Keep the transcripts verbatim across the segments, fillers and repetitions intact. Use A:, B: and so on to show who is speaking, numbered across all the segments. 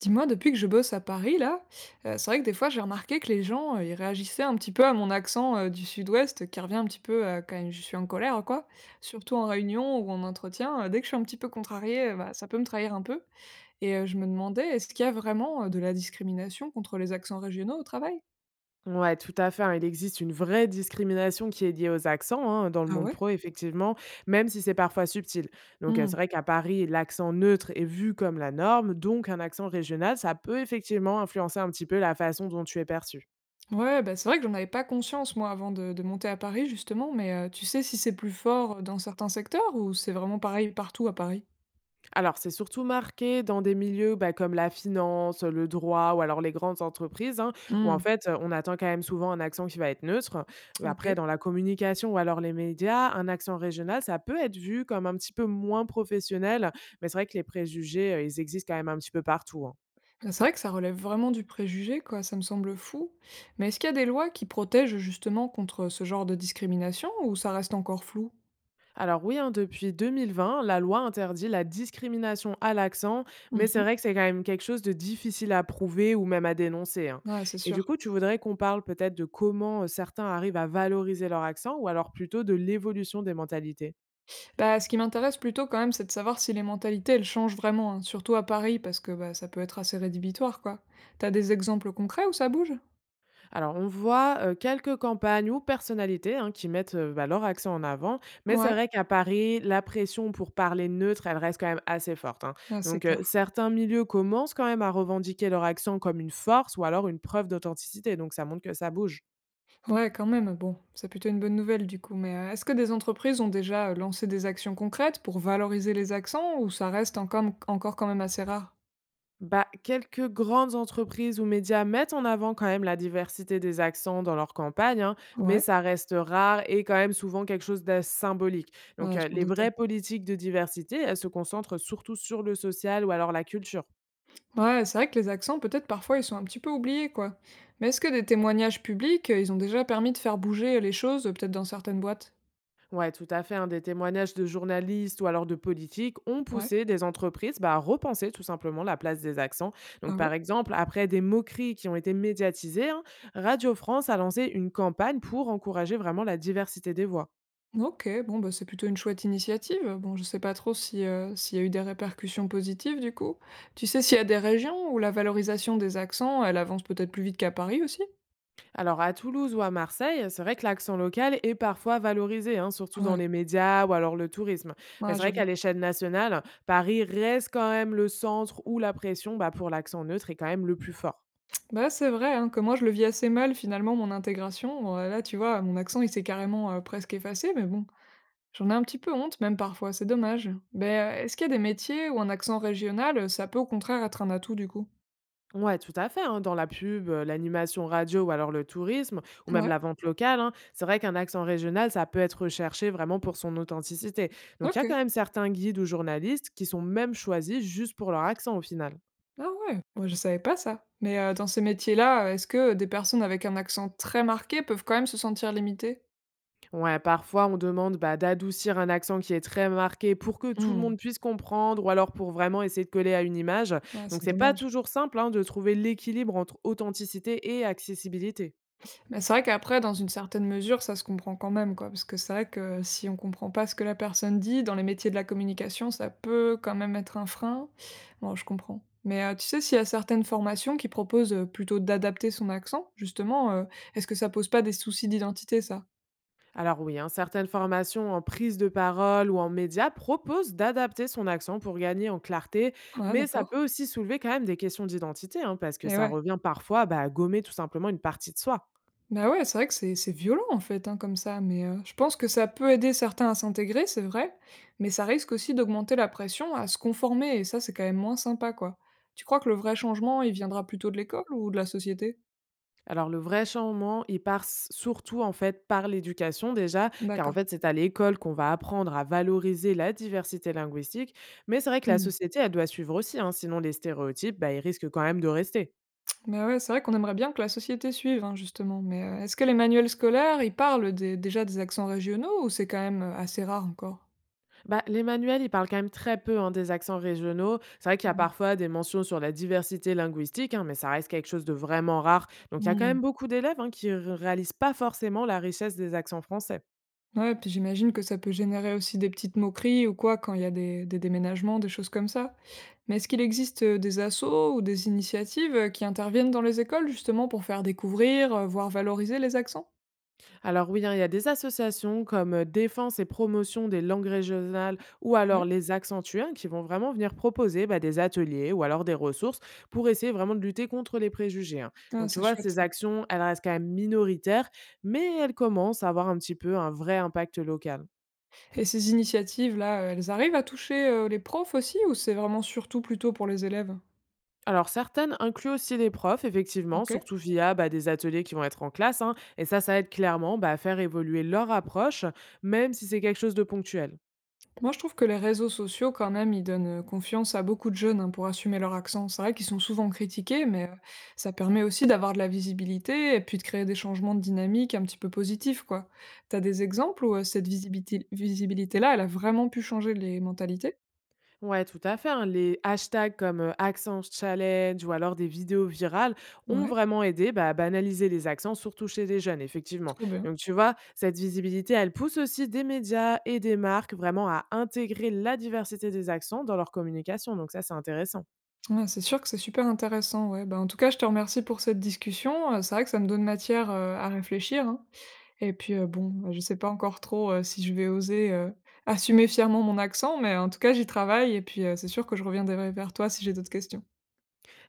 A: Dis-moi, depuis que je bosse à Paris là, heu, c'est vrai que des fois j'ai remarqué que les gens, heu, ils réagissaient un petit peu à mon accent, heu, du sud-ouest qui revient un petit peu, heu, quand je suis en colère quoi. Surtout en réunion ou en entretien, heu, dès que je suis un petit peu contrariée, heu, bah, ça peut me trahir un peu et heu, je me demandais, est-ce qu'il y a vraiment, heu, de la discrimination contre les accents régionaux au travail?
B: Ouais, tout à fait, hein. Il existe une vraie discrimination qui est liée aux accents, hein, dans le
A: Ah
B: monde
A: ouais?
B: pro effectivement, même si c'est parfois subtil. Donc, heu,
A: Mmh.
B: c'est vrai qu'à Paris, l'accent neutre est vu comme la norme, donc un accent régional, ça peut effectivement influencer un petit peu la façon dont tu es perçu.
A: Ouais, bah, c'est vrai que j'en avais pas conscience moi avant de de monter à Paris justement, mais heu, tu sais si c'est plus fort, euh, dans certains secteurs ou c'est vraiment pareil partout à Paris?
B: Alors, c'est surtout marqué dans des milieux, bah, comme la finance, le droit ou alors les grandes entreprises, hein, où en
A: Mmh.
B: fait, heu, on attend quand même souvent un accent qui va être neutre. Heu,
A: OK.
B: après dans la communication ou alors les médias, un accent régional, ça peut être vu comme un petit peu moins professionnel, mais c'est vrai que les préjugés, heu, ils existent quand même un petit peu partout, hein.
A: Bah, c'est vrai que ça relève vraiment du préjugé, quoi, ça me semble fou. Mais est-ce qu'il y a des lois qui protègent justement contre ce genre de discrimination ou ça reste encore flou?
B: Alors oui, hein, depuis deux mille vingt, la loi interdit la discrimination à l'accent, mais c'est
A: Mhm.
B: vrai que c'est quand même quelque chose de difficile à prouver ou même à dénoncer, hein.
A: Ouais, c'est
B: Et du
A: sûr.
B: coup, tu voudrais qu'on parle peut-être de comment euh, certains arrivent à valoriser leur accent ou alors plutôt de l'évolution des mentalités.
A: Bah, ce qui m'intéresse plutôt quand même, c'est de savoir si les mentalités, elles changent vraiment, hein, surtout à Paris, parce que bah, ça peut être assez rédhibitoire, quoi. T'as des exemples concrets où ça bouge?
B: Alors, on voit, heu, quelques campagnes ou personnalités, hein, qui mettent, heu, bah, leur accent en avant, mais c'est
A: Ouais,
B: vrai qu'à Paris, la pression pour parler neutre, elle reste quand même assez forte, hein.
A: ah, c'est
B: Donc, heu,
A: clair.
B: certains milieux commencent quand même à revendiquer leur accent comme une force ou alors une preuve d'authenticité, donc ça montre que ça bouge.
A: Ouais, quand même, bon, c'est plutôt une bonne nouvelle du coup, mais euh, est-ce que des entreprises ont déjà euh, lancé des actions concrètes pour valoriser les accents ou ça reste encore, encore quand même assez rare?
B: Bah, quelques grandes entreprises ou médias mettent en avant quand même la diversité des accents dans leurs campagnes, hein, mais
A: Ouais.
B: ça reste rare et quand même souvent quelque chose de symbolique. Donc,
A: Ouais, je
B: euh,
A: m'en
B: les
A: doutais.
B: vraies politiques de diversité, elles se concentrent surtout sur le social ou alors la culture.
A: Ouais, c'est vrai que les accents, peut-être parfois, ils sont un petit peu oubliés, quoi. Mais est-ce que des témoignages publics, euh, ils ont déjà permis de faire bouger les choses, euh, peut-être dans certaines boîtes?
B: Ouais, tout à fait, hein, des témoignages de journalistes ou alors de politiques ont
A: Ouais.
B: poussé des entreprises, bah, à repenser tout simplement la place des accents. Donc,
A: Ah ouais?
B: par exemple, après des moqueries qui ont été médiatisées, hein, Radio France a lancé une campagne pour encourager vraiment la diversité des voix.
A: OK, bon, bah, c'est plutôt une chouette initiative. Bon, je sais pas trop si, euh, s'il y a eu des répercussions positives, du coup. Tu sais s'il y a des régions où la valorisation des accents, elle avance peut-être plus vite qu'à Paris aussi?
B: Alors à Toulouse ou à Marseille, c'est vrai que l'accent local est parfois valorisé, hein, surtout dans
A: Ouais,
B: les médias ou alors le tourisme. Mais
A: ouais,
B: c'est
A: je
B: vrai
A: vois.
B: qu'à l'échelle nationale, Paris reste quand même le centre où la pression, bah, pour l'accent neutre est quand même le plus fort.
A: Bah, c'est vrai, hein, que moi je le vis assez mal finalement, mon intégration. Bon, là, tu vois, mon accent il s'est carrément euh, presque effacé, mais bon, j'en ai un petit peu honte même parfois, c'est dommage. Mais, heu, est-ce qu'il y a des métiers où un accent régional, euh, ça peut au contraire être un atout du coup?
B: Ouais, tout à fait, hein. Dans la pub, euh, l'animation radio ou alors le tourisme ou même
A: Ouais,
B: la vente locale, hein, c'est vrai qu'un accent régional, ça peut être recherché vraiment pour son authenticité. Donc il y a
A: OK.
B: quand même certains guides ou journalistes qui sont même choisis juste pour leur accent au final.
A: Ah ouais, moi je savais pas ça. Mais, heu, dans ces métiers-là, euh, est-ce que des personnes avec un accent très marqué peuvent quand même se sentir limitées?
B: Ouais, parfois on demande, bah, d'adoucir un accent qui est très marqué pour que tout le
A: Mmh.
B: monde puisse comprendre ou alors pour vraiment essayer de coller à une image.
A: Ouais,
B: Donc
A: c'est
B: c'est pas
A: dommage.
B: toujours simple, hein, de trouver l'équilibre entre authenticité et accessibilité.
A: Mais c'est vrai qu'après, dans une certaine mesure, ça se comprend quand même, quoi. Parce que c'est vrai que si on comprend pas ce que la personne dit, dans les métiers de la communication, ça peut quand même être un frein. Bon, je comprends. Mais euh, tu sais, s'il y a certaines formations qui proposent euh, plutôt d'adapter son accent, justement, euh, est-ce que ça pose pas des soucis d'identité, ça?
B: Alors oui, hein, certaines formations en prise de parole ou en médias proposent d'adapter son accent pour gagner en clarté,
A: Ouais,
B: mais ça
A: d'accord.
B: peut aussi soulever quand même des questions d'identité, hein, parce que
A: Et
B: ça
A: ouais.
B: revient parfois, bah, à gommer tout simplement une partie de soi.
A: Bah, ouais, c'est vrai que c'est c'est violent, en fait, hein, comme ça, mais heu, je pense que ça peut aider certains à s'intégrer, c'est vrai, mais ça risque aussi d'augmenter la pression à se conformer et ça, c'est quand même moins sympa, quoi. Tu crois que le vrai changement, il viendra plutôt de l'école ou de la société?
B: Alors le vrai changement, il passe surtout en fait par l'éducation déjà, car en
A: D'accord.
B: fait c'est à l'école qu'on va apprendre à valoriser la diversité linguistique, mais c'est vrai que la
A: Mmh.
B: société, elle doit suivre aussi, hein, sinon les stéréotypes, bah, ils risquent quand même de rester.
A: Bah, ouais, c'est vrai qu'on aimerait bien que la société suive, hein, justement, mais heu, est-ce que les manuels scolaires, ils parlent des déjà des accents régionaux ou c'est quand même, heu, assez rare encore?
B: Bah, les manuels, ils parlent quand même très peu, hein, des accents régionaux. C'est vrai qu'il y a
A: Mmh.
B: parfois des mentions sur la diversité linguistique, hein, mais ça reste quelque chose de vraiment rare, donc il y a quand
A: Mmh.
B: même beaucoup d'élèves, hein, qui ne réalisent pas forcément la richesse des accents français.
A: Ouais, puis j'imagine que ça peut générer aussi des petites moqueries ou quoi quand il y a des, des déménagements, des choses comme ça. Mais est-ce qu'il existe euh, des assos ou des initiatives euh, qui interviennent dans les écoles justement pour faire découvrir, euh, voire valoriser les accents?
B: Alors oui, hein, il y a des associations comme euh, Défense et Promotion des langues régionales ou
A: Ouais.
B: alors les Accentués, hein, qui vont vraiment venir proposer, bah, des ateliers ou alors des ressources pour essayer vraiment de lutter contre les préjugés, hein.
A: Ah,
B: Donc tu
A: c'est
B: vois,
A: chouette
B: ces
A: ça.
B: actions, elles restent quand même minoritaires, mais elles commencent à avoir un petit peu un vrai impact local.
A: Et ces initiatives-là, euh, elles arrivent à toucher euh, les profs aussi ou c'est vraiment surtout plutôt pour les élèves?
B: Alors certaines incluent aussi les profs, effectivement,
A: OK.
B: surtout via, bah, des ateliers qui vont être en classe, hein, et ça, ça aide clairement, bah, à faire évoluer leur approche, même si c'est quelque chose de ponctuel.
A: Moi, je trouve que les réseaux sociaux, quand même, ils donnent, heu, confiance à beaucoup de jeunes, hein, pour assumer leur accent. C'est vrai qu'ils sont souvent critiqués, mais heu, ça permet aussi d'avoir de la visibilité et puis de créer des changements de dynamique un petit peu positifs, quoi. T'as des exemples où, heu, cette visibilité, visibilité-là, elle a vraiment pu changer les mentalités?
B: Ouais, tout à fait, hein. Les hashtags comme, euh, accent challenge ou alors des vidéos virales ont
A: Ouais,
B: vraiment aidé, bah, à banaliser les accents, surtout chez les jeunes, effectivement.
A: trop bien.
B: Donc tu vois, cette visibilité, elle pousse aussi des médias et des marques vraiment à intégrer la diversité des accents dans leur communication, donc ça, c'est intéressant.
A: Ouais, c'est sûr que c'est super intéressant, ouais. Bah, en tout cas, je te remercie pour cette discussion, heu, c'est vrai que ça me donne matière, heu, à réfléchir, hein. Et puis, heu, bon, bah, je sais pas encore trop, heu, si je vais oser, heu, assumer fièrement mon accent, mais en tout cas, j'y travaille et puis, heu, c'est sûr que je reviendrai vers toi si j'ai d'autres questions.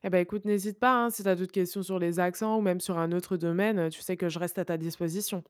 B: Eh ben, écoute, n'hésite pas, hein, si tu as d'autres questions sur les accents ou même sur un autre domaine, tu sais que je reste à ta disposition.